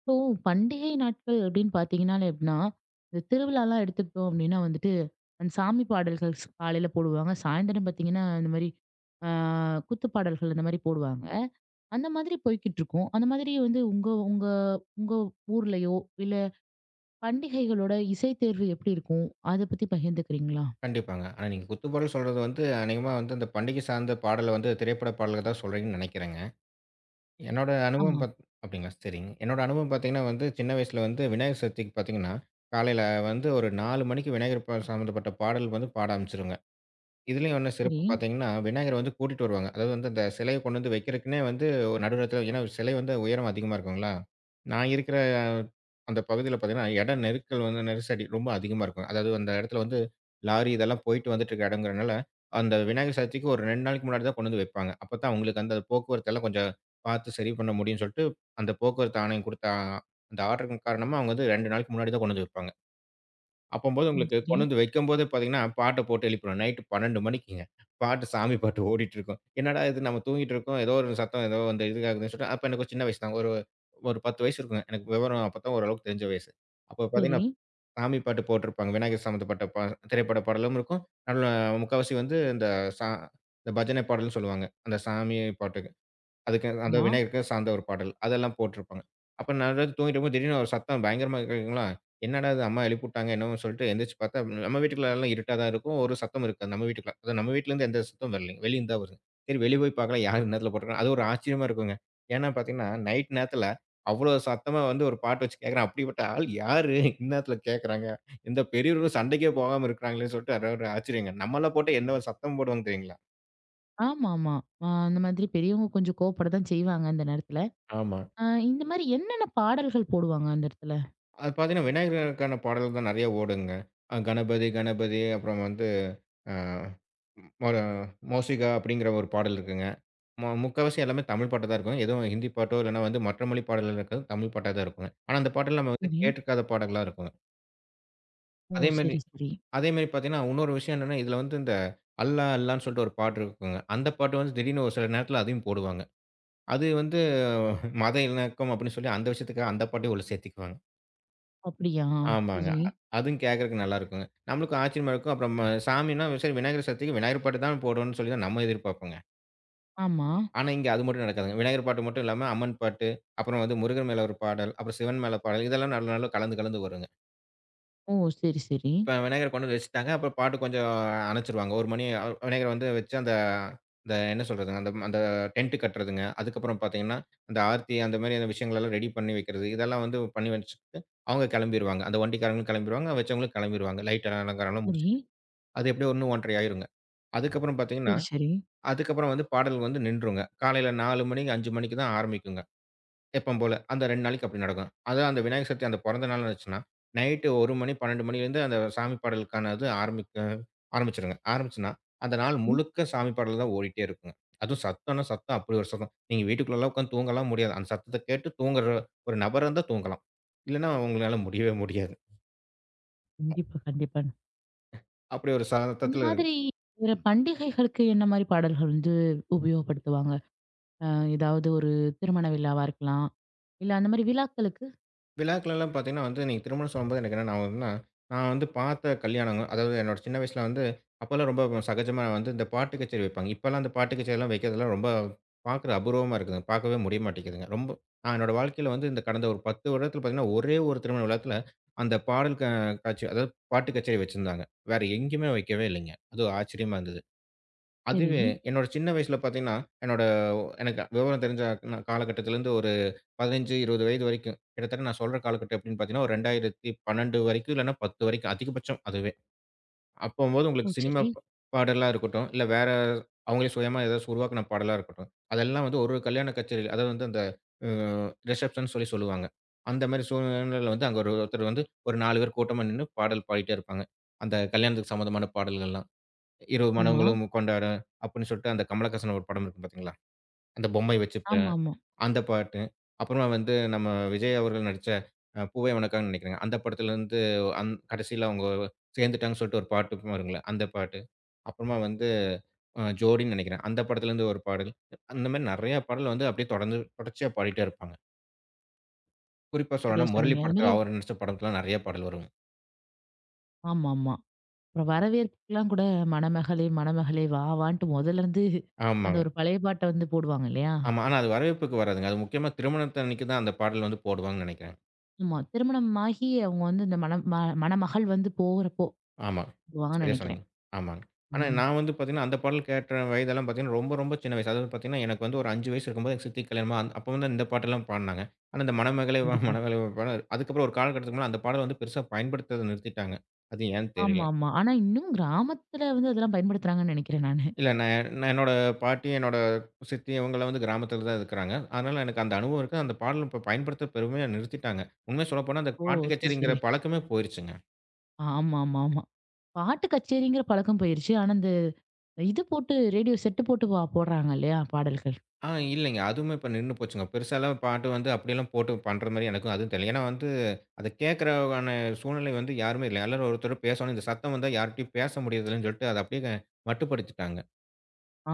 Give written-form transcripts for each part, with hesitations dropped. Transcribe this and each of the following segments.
இப்போ பண்டிகை நாட்கள் அப்படின்னு பார்த்தீங்கனாலே எப்படின்னா, இந்த திருவிழாலாம் எடுத்துக்கிட்டோம் அப்படின்னா வந்துட்டு, அந்த சாமி பாடல்கள் காலையில போடுவாங்க. சாயந்தரம் பார்த்தீங்கன்னா, இந்த மாரி ஆ குத்து பாடல்கள் இந்த மாரி போடுவாங்க. அந்த மாதிரி போய்க்கிட்டுருக்கும். அந்த மாதிரி வந்து உங்க உங்க உங்க ஊர்லயோ, இல்ல பண்டிகைகளோட இசை தேர்வு எப்படி இருக்கும்? அத பத்தி பகிர்ந்துக்கிறீங்களா? கண்டிப்பாங்க. ஆனா நீங்க குத்துப்பாடல் சொல்றது வந்து அநேகமா வந்து அந்த பண்டிகை சார்ந்த பாடல வந்து திரைப்பட பாடலுக்கு தான் சொல்றீங்கன்னு நெனைக்கிறேங்க. என்னோட அனுபவம் ஆமா. பாத் அப்படிங்களா? சரிங்க. என்னோட அனுபவம் பார்த்தீங்கன்னா வந்து சின்ன வயசுல வந்து விநாயகர் சதுர்த்திக்கு பார்த்தீங்கன்னா, காலையில வந்து ஒரு 4 மணிக்கு விநாயகர் சம்மந்தப்பட்ட பாடல் வந்து பாட ஆரம்பிச்சுருங்க. இதுலயும் இன்னும் சரி. சிறப்பு பார்த்தீங்கன்னா, விநாயகர வந்து கூட்டிட்டு வருவாங்க. அதாவது வந்து அந்த சிலைய கொண்டு வந்து வைக்கிறக்குன்னே வந்து நடு இடத்துல ஏன்னா சிலை வந்து உயரம் அதிகமா இருக்குங்களா? நான் இருக்கிற அந்த பகுதியில பார்த்தீங்கன்னா, இட நெருக்கல் வந்து நெரிசடி ரொம்ப அதிகமா இருக்கும். அதாவது அந்த இடத்துல வந்து லாரி இதெல்லாம் போயிட்டு வந்துட்டு இருக்க இடம்ங்கிறனால, அந்த விநாயகர் சதுர்த்திக்கு ஒரு 2 நாளைக்கு முன்னாடி தான் கொண்டு வந்து வைப்பாங்க. அப்பதான் அவங்களுக்கு அந்த போக்குவரத்து எல்லாம் கொஞ்சம் பார்த்து சரி பண்ண முடியும்னு சொல்லிட்டு, அந்த போக்குவரத்து ஆணையம் குடுத்த அந்த ஆர்டர் காரணமா அவங்க வந்து 2 நாளைக்கு முன்னாடி தான் கொண்டு வந்து வைப்பாங்க. அப்பம்போது ம். உங்களுக்கு சரி, கொண்டு வந்து வைக்கும்போதே பார்த்தீங்கன்னா, பாட்ட போட்டு எழுப்பிருவேன். நைட்டு 12 மணிக்குங்க. பாட்டு சாமி பாட்டு ஓடிட்டுருக்கும். என்னடா இது நம்ம தூங்கிட்டு இருக்கோம். ஏதோ ஒரு சத்தம் ஏதோ அந்த இது கேட்குதுன்னு சொல்லிட்டு அப்ப எனக்கு ஒரு சின்ன வயசு தான். ஒரு ஒரு 10 வயசு இருக்குங்க. எனக்கு விவரம் அப்பதான் ஓரளவுக்கு தெரிஞ்ச வயசு. அப்ப பார்த்தீங்கன்னா, சரி. சாமி பாட்டு போட்டிருப்பாங்க. விநாயகர் சம்பந்தப்பட்ட பா திரைப்பட பாடலும் இருக்கும். நல்ல முக்காவாசி வந்து இந்த சா இந்த பஜனை பாடல்னு சொல்லுவாங்க. அந்த சாமி பாட்டு. அதுக்கு அந்த ஆமா. விநாயகருக்கு சார்ந்த ஒரு பாடல். அதெல்லாம் போட்டிருப்பாங்க. அப்ப நான் வந்து தூங்கிட்டு இருக்கும்போது திடீர்னு ஒரு சத்தம் பயங்கரமா கேட்குங்களா, என்னடா இது அம்மா எழுப்பிவுட்டாங்க என்னமோன்னு சொல்லிட்டு எந்திரிச்சு பார்த்தா, நம்ம வீட்டுக்குள்ளலாம் இருட்டா தான் இருக்கும். ஒரு சத்தம் இருக்காது நம்ம வீட்டுக்குள்ள. அதான் நம்ம வீட்லருந்து எந்த சத்தமும் வரலைங்க. வெளியிருந்து தான் வருது. சரி வெளிய போய் பார்க்கலாம் யார் இந்நேரத்தில போட்டிருக்காங்க. அது ஒரு ஆச்சரியமா இருக்குங்க. ஏன்னா பார்த்தீங்கன்னா, நைட் நேரத்தில அவ்வளோ சத்தமா வந்து ஒரு பாட்டு வச்சு கேட்குறான். அப்படிப்பட்ட ஆள் யாரு இந்நேரத்தில கேட்குறாங்க? இந்த பெரியவர்களும் சண்டைக்கே போகாம இருக்கிறாங்களேன்னு சொல்லிட்டு அது ஒரு ஆச்சரியங்க. நம்மலாம் போட்டா என்ன ஒரு சத்தம் போடுவாங்க தெரியுங்களா? ஆமாமா. ஆ அந்த மாதிரி பெரியவங்க கொஞ்சம் கோவப்பட தான் செய்வாங்க அந்த நேரத்துல. ஆமா. ஆ இந்த மாரி என்னென்ன பாடல்கள் போடுவாங்க அந்த இடத்துல? அது பார்த்தீங்கன்னா, விநாயகருக்கான பாடல்கள் தான் நெறைய ஓடுங்க. கணபதி, கணபதி அப்புறம் வந்து அ மொர மோசிகா அப்படிங்கிற ஒரு பாடல் இருக்குங்க. முக்காவாசி எல்லாமே தமிழ் பாட்டா தான் இருக்கும். எதுவும் ஹிந்தி பாட்டோ இல்லன்னா வந்து மற்ற மொழி பாடல்கள் இருக்காது. தமிழ் பாட்டா தான் இருக்குங்க. ஆனா அந்த பாட்டல் நம்ம வந்து சரி. கேட்டுருக்காத பாடலா இருக்குங்க. ஓ! அதேமாரி சரி, சரி. அதேமாரி பார்த்தீங்கன்னா, இன்னொரு விஷயம் என்னன்னா, இதுல வந்து இந்த அல்லா அல்லான்னு சொல்லிட்டு ஒரு பாட்டு இருக்குங்க. அந்த பாட்டு வந்து திடீர்னு ஒரு சில நேரத்தில அதையும் போடுவாங்க. அது வந்து மத இணக்கம் அப்படின்னு சொல்லி அந்த விஷயத்துக்காக அந்த பாட்டையும் உள்ள சேர்த்துக்குவாங்க. அப்படியா? ஆமாங்க. சரி. அதுவும் கேட்கறக்கு நல்லா இருக்குங்க. நம்மளுக்கும் ஆச்சரியமா இருக்கும். அப்புறம் சாமின்னா, சரி விநாயகர் சதுர்த்திக்கு விநாயகர் பாட்டு தான் போடணும்னு சொல்லி தான் நம்ம எதிர்பார்ப்போங்க. ஆமா. ஆனா, இங்க அது மட்டும் நடக்காதுங்க. விநாயகர் பாட்டு மட்டும் இல்லாம, அம்மன் பாட்டு, அப்புறம் வந்து முருகன் மேல ஒரு பாடல், அப்புறம் சிவன் மேல பாடல், இதெல்லாம் நல்ல நல்ல கலந்து கலந்து வருங்க. ஓ! சரி, சரி. இப்ப விநாயகர கொண்டு வந்து வச்சுட்டாங்க. அப்புறம் பாட்டு கொஞ்சம் அணச்சுருவாங்க. 1 மணி விநாயகர வந்து வச்சு அந்த அந்த என்ன சொல்றதுங்க, அந்த அந்த டென்ட் கட்டுறதுங்க. அதுக்கப்புறம் பார்த்தீங்கன்னா, அந்த ஆர்த்தி அந்த மாரி அந்த விஷயங்களெல்லாம் ரெடி பண்ணி வைக்கிறது. இதெல்லாம் வந்து பண்ணி வச்சுட்டு, அவங்க கெளம்பிருவாங்க. அந்த வண்டிக்காரங்களும் கெளம்பிருவாங்க, வச்சவங்களும் கெளம்பிருவாங்க. லைட் அலங்காரம்லாம் சரி. முடிச்சுட்டு. அது எப்படியும் 1 1:30 ஆயிருங்க. அதுக்கப்புறம் பார்த்தீங்கன்னா, சரி, சரி. வந்து பாடல் வந்து நின்றுங்க. காலையில 4 மணிக்கு 5 மணிக்கு தான் ஆரம்பிக்குங்க. எப்பவும் போல. அந்த 2 நாளைக்கு அப்படி நடக்கும். அதான் அந்த விநாயகர் சதுர்த்தி அந்த பொறந்த நாள்னு வந்துச்சுன்னா, நைட்டு 1 மணி, 12 மணிலேருந்து அந்த சாமி பாடலுக்கான இது ஆரம்பிக்க ஆரம்பிச்சுருங்க. ஆரம்பிச்சுன்னா, அந்த நாள் ம். முழுக்க சாமி பாடல் தான் ஓடிட்டே இருக்குங்க. அதுவும் சத்தம்னா சத்தம் அப்படி ஒரு சத்தம். நீங்க வீட்டுக்குள்ளலாம் உட்காந்து தூங்கலாம் முடியாது. அந்த சத்தத்த கேட்டு தூங்குற ஒரு நபரா இருந்தா தூங்கலாம். இல்லன்னா உங்களால முடியவே முடியாது. கண்டிப்பா, கண்டிப்பா. அப்படி ஒரு இந்த சத்தத்தில மாதிரி வேற பண்டிகைகளுக்கு என்ன மாரி பாடல்கள் வந்து உபயோகப்படுத்துவாங்க? அ ஏதாவது ஒரு திருமண விழாவா இருக்கலாம். இல்ல அந்த மாரி விழாக்களுக்கு விழாக்கள்லாம் பார்த்தீங்கன்னா வந்து, நீங்க திருமணம் சொல்லும்போது எனக்கு என்ன ஞாபகம் வருதுன்னா, நான் வந்து பார்த்த கல்யாணங்க, அதாவது என்னோட சின்ன வயசுல வந்து அப்போலாம் ரொம்ப சகஜமா வந்து இந்த பாட்டு கச்சேரி வைப்பாங்க. இப்போலாம் அந்த பாட்டு கச்சேரிலாம் வைக்கிறதெல்லாம் ரொம்ப பார்க்குற அபூர்வமா இருக்குதுங்க. பார்க்கவே முடிய மாட்டேங்குதுங்க. ரொம்ப நான் என்னோட வாழ்க்கையில வந்து இந்த கடந்த ஒரு 10 வருடத்தில பார்த்தீங்கன்னா, ஒரே ஒரு திருமண விழாத்துல அந்த பாடல் காட்சி அதாவது பாட்டு கச்சேரி வச்சிருந்தாங்க. வேற எங்கேயுமே வைக்கவே இல்லைங்க. அது ஆச்சரியமா இருந்தது. அதுவே சரி. என்னோட சின்ன வயசுல பார்த்தீங்கன்னா, என்னோட எனக்கு விவரம் தெரிஞ்ச காலகட்டத்திலேருந்து ஒரு 15, 20 வயது வரைக்கும். கிட்டத்தட்ட நான் சொல்ற காலகட்டம் எப்படின்னு பார்த்தீங்கன்னா, ஒரு 2012 வரைக்கும், இல்லன்னா 10 வரைக்கும் அதிகபட்சம் அதுவே. அப்பம்போது ஓ! உங்களுக்கு சினிமா சரி. பாடலா இருக்கட்டும், இல்ல வேற அவங்களே சுயமா ஏதாச்சும் உருவாக்குன பாடலா இருக்கட்டும். அதெல்லாம் வந்து ஒரு ஒரு கல்யாண கச்சேரி அதாவது வந்து அந்த அ ரிசப்ஷன்னு சொல்லி சொல்லுவாங்க. அந்த மாரி சூழ்நிலையில வந்து அங்க ஒரு ஒருத்தர் வந்து ஒரு 4 பேர் கூட்டமா நின்னு பாடல் பாடிட்டே இருப்பாங்க. அந்த கல்யாணத்துக்கு சம்மந்தமான பாடல்கள்லாம். "இரவு ஆமா. மனங்களும் கொண்டாடும்" அப்படின்னு சொல்லிட்டு அந்த கமலஹாசன் ஒரு படம் இருக்கும் பார்த்தீங்களா? அந்த பொம்மை வச்சு ஆமாமா. அந்த பாட்டு. அப்புறமா வந்து நம்ம விஜய் அவர்கள் நடிச்ச பூவே உனக்காகன்னு நெனைக்கிறேங்க. அந்த படத்துலருந்து கடைசியில அவங்க சேர்ந்துட்டாங்கன்னு சொல்லிட்டு ஒரு பாட்டு வரும்ல, அந்த பாட்டு. அப்புறமா வந்து ஜோடின்னு நெனைக்கிறேன். அந்த படத்துலருந்து ஒரு பாடல். அந்த மாரி நெறைய பாடல் வந்து அப்படியே தொடர்ந்து தொடர்ச்சியா பாடிட்டே இருப்பாங்க. குறிப்பா சரியா சொல்லணும்னா முரளி சொன்னீங்க. அது படத்துல மாரி அவர் நடிச்ச படத்துல நெறைய பாடல் வருங்க. ஆமாமா. அப்புறம் வரவேற்புக்குலாம் கூட மணமகளே, மணமகளே வா வான்ட்டு மொதல்ல இருந்து அந்த ஆமாங்க. ஒரு பழைய பாட்ட வந்து போடுவாங்க இல்லையா? ஆமா. ஆனா அது வரவேற்புக்கு வராதுங்க. அது முக்கியமா திருமணத்தன்னைக்கு தான் அந்த பாடல் வந்து போடுவாங்கன்னு நெனைக்கிறேன். ஆமா. திருமணமாகி அவங்க வந்து இந்த மண ம மணமகள் வந்து போகுறப்போ ஆமா. போவாங்கன்னு சரியா சொன்னீங்க. நெனைக்கிறேன். ஆமாங்க. ஆனா ம். நான் வந்து பார்த்தீங்கன்னா, அந்த பாடல் கேட்ட வயதெல்லாம் பார்த்தீங்கன்னா, ரொம்ப ரொம்ப சின்ன வயசு. அதாவது பார்த்தீங்கன்னா, எனக்கு வந்து ஒரு 5 வயசு இருக்கும்போது எங்க சித்திக்கு கல்யாணமா அப்போ வந்து இந்த பாட்டெல்லாம் பாடுனாங்க. ஆனா இந்த மணமகளே வா கண்டிப்பா. மணமகளே வா பாடல் அதுக்கப்புறம் ஒரு காலகட்டத்துக்கு மேல அந்த பாடல் வந்து பெருசா பயன்படுத்துறத நிறுத்திட்டாங்க. அது ஏன்னு ஆமா, தெரியல. ஆமா. ஆனா இன்னும் கிராமத்துல வந்து அதெல்லாம் பயன்படுத்துறாங்கன்னு நெனைக்கிறேன் நானு. இல்ல நான் நான் என்னோட பாட்டி, என்னோட சித்தி இவங்கலாம் வந்து கிராமத்தில தான் இருக்கிறாங்க. அதனால எனக்கு அந்த அனுபவம் இருக்கு. அந்த பாடல் இப்ப பயன்படுத்த பெருமையா நிறுத்திட்டாங்க. உண்மைய சொல்லப்போனா அந்த ஓ! பாட்டு சரி, கச்சேரிங்கிற சரி. பழக்கமே போயிருச்சுங்க. ஆமா, ஆமா, ஆமா. பாட்டு கச்சேரிங்கிற பழக்கம் போயிருச்சு. ஆனா இந்த இது போட்டு ரேடியோ செட்டு போட்டு போடுறாங்க இல்லையா? பாடல்கள். ஆ இல்லைங்க. அதுவுமே இப்ப நின்னு போச்சுங்க. பெருசாலாம் பாட்டு வந்து அப்படியெல்லாம் போட்டு பண்ற மாரி எனக்கும் அதுவும் தெரியல. ஏன்னா வந்து அத கேட்கறக்கான சூழ்நிலை வந்து யாருமே இல்ல. எல்லாரும் ஒருத்தரும் பேசணும். இந்த சத்தம் வந்தா யார்ட்டயும் பேச முடியறதில்லன்னு சொல்லிட்டு, அத அப்படியே மட்டுப்படுத்திட்டாங்க.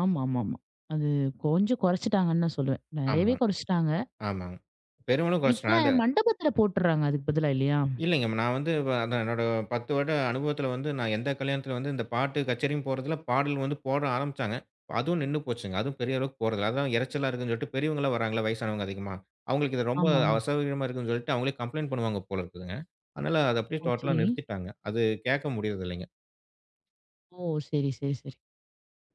ஆமா, ஆமா, ஆமா. அது கொஞ்சம் குறைச்சுட்டாங்கன்னு தான் சொல்லுவேன். ஆமா, நெறையவே குறைச்சுட்டாங்க. ஆமாங்க. பெருமளவு குறைச்சுட்டாங்க. அந்த இப்பலாம் மண்டபத்துல போட்டுறாங்க அதுக்கு பதிலா இல்லையா? இல்லைங்க. நான் வந்து அதான் என்னோட 10 வருட அனுபவத்தில வந்து, நான் எந்த கல்யாணத்தில வந்து இந்த பாட்டு கச்சேரின்னு போறதில, பாடல் வந்து போட ஆரம்பிச்சாங்க. அதுவும் நின்னு போச்சுங்க. அதுவும் பெரிய அளவுக்கு போறதில்ல. அதான் இரைச்சலா இருக்குன்னு சொல்லிட்டு பெரியவங்கலாம் வராங்கல்ல, வயசானவங்க அதிகமா. அவங்களுக்கு இது ரொம்ப ஆமாமா. அசௌகரியமா இருக்குன்னு சொல்லிட்டு, அவங்களே கம்ப்ளைண்ட் பண்ணுவாங்க போல இருக்குதுங்க. அதனால அத அப்படியே ஓ! டோட்டலா சரி. நிறுத்திட்டாங்க. அது கேட்க முடியறதில்லைங்க. ஓ! சரி, சரி, சரி.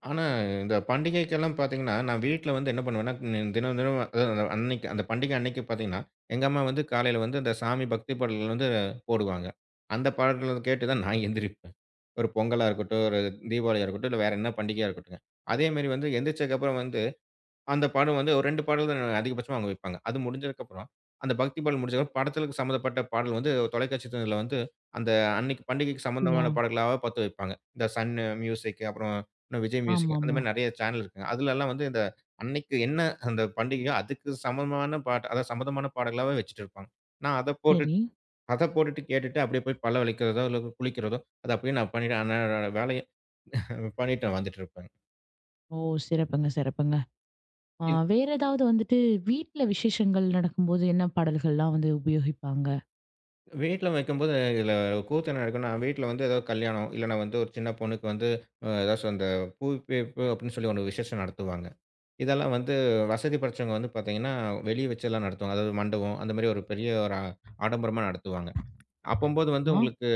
ஆனா, இந்த பண்டிகைக்கெல்லாம் பார்த்தீங்கன்னா, நான் வீட்ல வந்து என்ன பண்ணுவேன்னா, தினம் தினம் அதாவது அன்னைக்கு அந்த பண்டிகை அன்னைக்கு பார்த்தீங்கன்னா, எங்க அம்மா வந்து காலையில வந்து அந்த சாமி பக்தி பாடல்கள் வந்து போடுவாங்க. அந்த பாடல்கள் கேட்டு தான் நான் எந்திரிப்பேன். ஒரு பொங்கலா இருக்கட்டும், ஒரு தீபாவளியா இருக்கட்டும், இல்ல வேற என்ன பண்டிகையா இருக்கட்டுங்க. அதேமாரி வந்து எந்திரிச்சதுக்கப்புறம் வந்து அந்த பாடல் வந்து ஒரு 2 பாடல் தான் அதிகபட்சமா அவங்க வைப்பாங்க. அது முடிஞ்சதுக்கப்புறம், அந்த பக்தி பாடல் முடிஞ்சதுக்கப்புறம் படத்திற்கு சம்மந்தப்பட்ட பாடல் வந்து தொலைக்காட்சி துறையில வந்து அந்த அன்னைக்கு பண்டிகைக்கு அப்படியா? சம்மந்தமான பாடல்களாவே பாத்து வைப்பாங்க. இந்த சன் மியூசிக் அப்புறம் இன்னும் விஜய் மியூசிக் அந்த ஆமாமா. மாரி நெறைய சேனல் இருக்குங்க. அதுலலாம் வந்து இந்த அன்னைக்கு என்ன அந்த பண்டிகையோ அதுக்கு சமமான பாட்டு அதாவது சம்மந்தமான பாடல்களாவே வச்சுட்டு இருப்பாங்க. நான் அத போட்டுட் சரி. அத போட்டுட்டு கேட்டுட்டு அப்படியே போய் பல்ல வலிக்கிறதோ, இல்ல குளிக்கிறதோ, அத அப்படியே நான் பண்ணிட்டு அன்றாட வேலைய பண்ணிட்டு வந்துட்டு இருப்பேங்க. ஓ! சிறப்புங்க, சிறப்புங்க. ஆ வேற ஏதாவது வந்துட்டு வீட்ல விசேஷங்கள் நடக்கும்போது என்ன பாடல்கள்லாம் வந்து உபயோகிப்பாங்க? வீட்ல வைக்கும்போது இதில கூத்து என்ன நடக்கும்ன்னா, வீட்ல வந்து ஏதாவது கல்யாணம், இல்லன்னா வந்து ஒரு சின்ன பொண்ணுக்கு வந்து ஏதாச்சும் அந்த பூப்பேப்பு அப்படின்னு சொல்லி ஒண்ணு விசேஷம் நடத்துவாங்க. இதெல்லாம் வந்து வசதி படைச்சவங்க வந்து பார்த்தீங்கன்னா, வெளிய வச்செல்லாம் நடத்துவாங்க. அதாவது மண்டபம் அந்த மாரி ஒரு பெரிய ஒரு ஆடம்பரமா நடத்துவாங்க. அப்பம்போது வந்து ஆ. உங்களுக்கு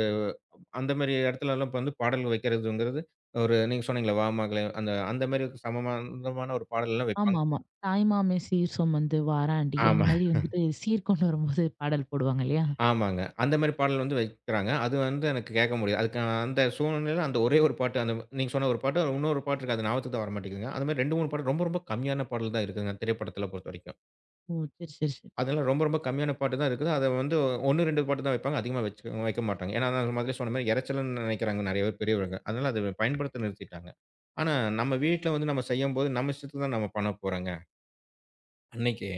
அந்த மாரி இடத்துலலாம் இப்ப வந்து பாடல் வைக்கிறதுங்கிறது, ஒரு நீங்க சொன்னீங்கல்ல, "வா மகளே" அந்த அந்த மாரி சமமானதமான ஒரு பாடல்லாம் வைப்பாங்க. ஆமாமா. தாய்மாமே சீர் சொமந்து வாராண்டி அந்த ஆமா. மாரி வந்துட்டு சீர் கொண்டு வரும்போது பாடல் போடுவாங்க இல்லையா? ஆமாங்க. அந்த மாரி பாடல் வந்து வைக்கிறாங்க. அது வந்து எனக்கு கேட்க முடியாது. அதுக்கு அந்த சூழ்நிலையில அந்த ஒரே ஒரு பாட்டு அந்த நீங்க சொன்ன ஒரு பாட்டு, இன்னொரு பாட்டு இருக்கு. அது ஞாபகத்துக்கு தான் வரமாட்டேங்குதுங்க. அது மாரி 2, 3 பாடல் ரொம்ப ரொம்ப கம்மியான பாடல் தான் இருக்குதுங்க. திரைப்படத்தில பொறுத்தவரைக்கும். ஓ! சரி, சரி, சரி. அதெல்லாம் ரொம்ப ரொம்ப கம்மியான பாட்டு தான் இருக்குது. அத வந்து 1, 2 பாட்டு தான் வைப்பாங்க. அதிகமா வச்சு வைக்க மாட்டாங்க. ஏன்னா, நான் முதலே சொன்ன மாரி இரைச்சலுன்னு நினைக்கிறாங்க நெறைய பேர் பெரியவங்க. அதனால அத பயன்படுத்த நிறுத்திட்டாங்க. ஆனா, நம்ம வீட்ல வந்து நம்ம செய்யும்போது நம்ம இஷ்டத்துக்கு தான் நம்ம பண்ண போறோங்க. அன்னைக்கு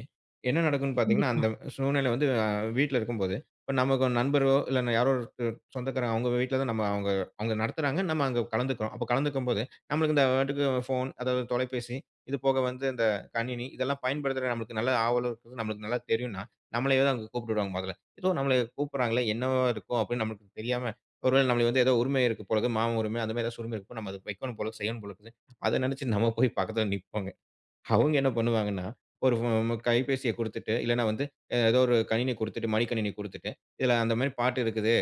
என்ன நடக்கும்ன்னு பார்த்தீங்கன்னா, கண்டிப்பா. அந்த சூழ்நிலை வந்து வீட்ல இருக்கும்போது, இப்ப நமக்கு ஒரு நண்பரோ, இல்ல யாரோ ஒரு சொந்தக்காரங்க அவங்க வீட்ல தான் நம்ம அவங்க அவங்க நடத்துறாங்க. நம்ம அங்க கலந்துக்கிறோம். அப்ப கலந்துக்கும்போது, நம்மளுக்கு இந்த வாட்டுக்கு ஃபோன், அதாவது தொலைபேசி, இது போக வந்து இந்த கணினி, இதெல்லாம் பயன்படுத்துற நம்மளுக்கு நல்ல ஆவலும் இருக்குது. நம்மளுக்கு நல்லா தெரியும்னா, நம்மளயே தான் அங்க கூப்பிட்டுடுவாங்க மொதல்ல. ஏதோ நம்மள கூப்பிடுறாங்களே, என்னவா இருக்கும் அப்படின்னு நம்மளுக்கு தெரியாம, ஒருவேளை நம்மளுக்கு வந்து ஏதோ உரிமை இருக்கு போல இருக்குது. மாம உரிமை, அந்த மாரி ஏதாச்சும் உரிமை இருக்கு. நம்ம அத வைக்கணும் போல, செய்யணும் போல இருக்குது. அத நெனச்சு நம்ம போய் பக்கத்துல நிப்போங்க. அவங்க என்ன பண்ணுவாங்கன்னா, ஒரு கைபேசிய குடுத்துட்டு, இல்லன்னா வந்து ஏதோ ஒரு கணினி குடுத்துட்டு, மடிக்கணினி குடுத்துட்டு, "இதுல அந்த மாரி பாட்டு இருக்குது.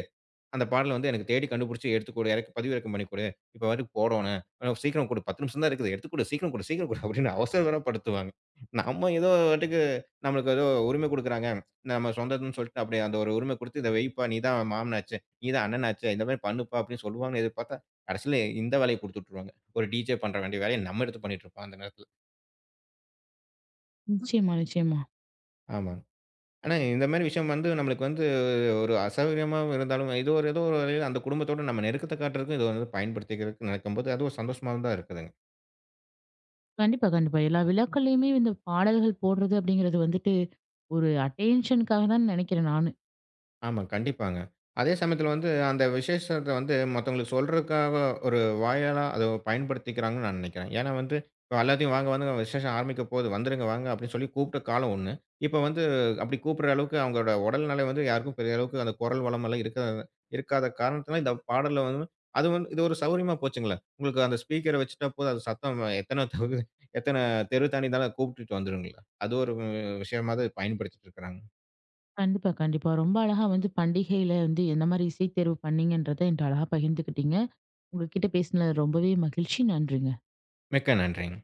அந்த பாடல வந்து எனக்கு தேடி கண்டுபிடிச்சு எடுத்துக் குடு. எனக்கு பதிவிறக்கம் பண்ணி குடு. இப்ப வரைக்கும் போடோணும். சீக்கிரம் குடு. 10 நிமிஷம் தான் இருக்குது. எடுத்துக் குடு. சீக்கிரம் குடு, சீக்கிரம் குடு" அப்படின்னு அவசரப்படுத்துவாங்க. நம்ம ஏதோ பாட்டுக்கு நம்மளுக்கு ஏதோ உரிமை குடுக்குறாங்க. நம்ம சொந்ததுன்னு சொல்லிட்டு அப்படி அந்த ஒரு உரிமை குடுத்து, "இத வைப்பா. நீ தான் மாமனாச்சே. நீ தான் அண்ணனாச்சே. இந்த மாரி பண்ணுப்பா" அப்படின்னு சொல்லுவாங்கன்னு எதிர்பார்த்தா, கடைசியில இந்த வேலைய குடுத்து விட்டுருவாங்க. ஒரு டிஜே பண்ற வேண்டிய வேலைய நம்ம எடுத்து பண்ணிட்டு இருப்போம் அந்த நேரத்துல. நிச்சயமா, நிச்சயமா. ஆமாங்க. ஆனா, இந்த மாரி விஷயம் வந்து நம்மளுக்கு வந்து ஒரு அசௌகரியமா இருந்தாலும், ஏதோ ஒரு வகையில அந்த குடும்பத்தோட நம்ம நெருக்கத்த காட்டுறதுக்கு இது வந்து பயன்படுத்திக்கிறதுக்கு நினைக்கும்போது, அது ஒரு சந்தோஷமா தான் இருக்குது. கண்டிப்பா, கண்டிப்பா. எல்லா விழாக்கள்லயுமே இந்த பாடல்கள் போடுறது அப்படிங்கிறது வந்துட்டு ஒரு அட்டென்ஷனுக்காக தான் நெனைக்கிறேன் நானு. ஆமா, கண்டிப்பாங்க. அதே சமயத்துல வந்து அந்த விசேஷத்த வந்து மத்தவங்களுக்கு சொல்றதுக்காக ஒரு வாயாலா அத பயன்படுத்திக்கிறாங்கன்னு நான் நெனைக்கிறேன். ஏன்னா வந்து இப்ப எல்லாத்தையும் "வாங்க, வாங்க விசேஷம் ஆரம்பிக்க போது. வந்துருங்க வாங்க" அப்படின்னு சொல்லி கூப்பிட்ட காலம் ஒண்ணு. இப்ப வந்து அப்படி கூப்பிடுற அளவுக்கு அவங்களோட உடல்நிலை வந்து யாருக்கும் பெரிய அளவுக்கு அந்த குரல் வளம் எல்லாம் இருக்காத காரணத்தினால இந்த பாடல்ல வந்து அது வந்து இது ஒரு சௌகரியமா போச்சுங்களே. உங்களுக்கு அந்த ஸ்பீக்கர வச்சுட்டா போதும். அது சத்தம் எத்தன தெரு எத்தன தெரு தாண்டி இருந்தாலும் கூப்பிட்டுட்டு வந்துருங்களே. அது ஒரு விஷயமா தான் பயன்படுத்திட்டு இருக்கிறாங்க. கண்டிப்பா, கண்டிப்பா. ரொம்ப அழகா வந்து பண்டிகையில வந்து எந்த மாரி இசை தேர்வு பண்ணீங்கன்றத என்ட்ட அழகா பகிர்ந்துக்கிட்டீங்க. உங்ககிட்ட பேசினது ரொம்பவே மகிழ்ச்சி. நன்றிங்க. மிக்க நன்றிங்க.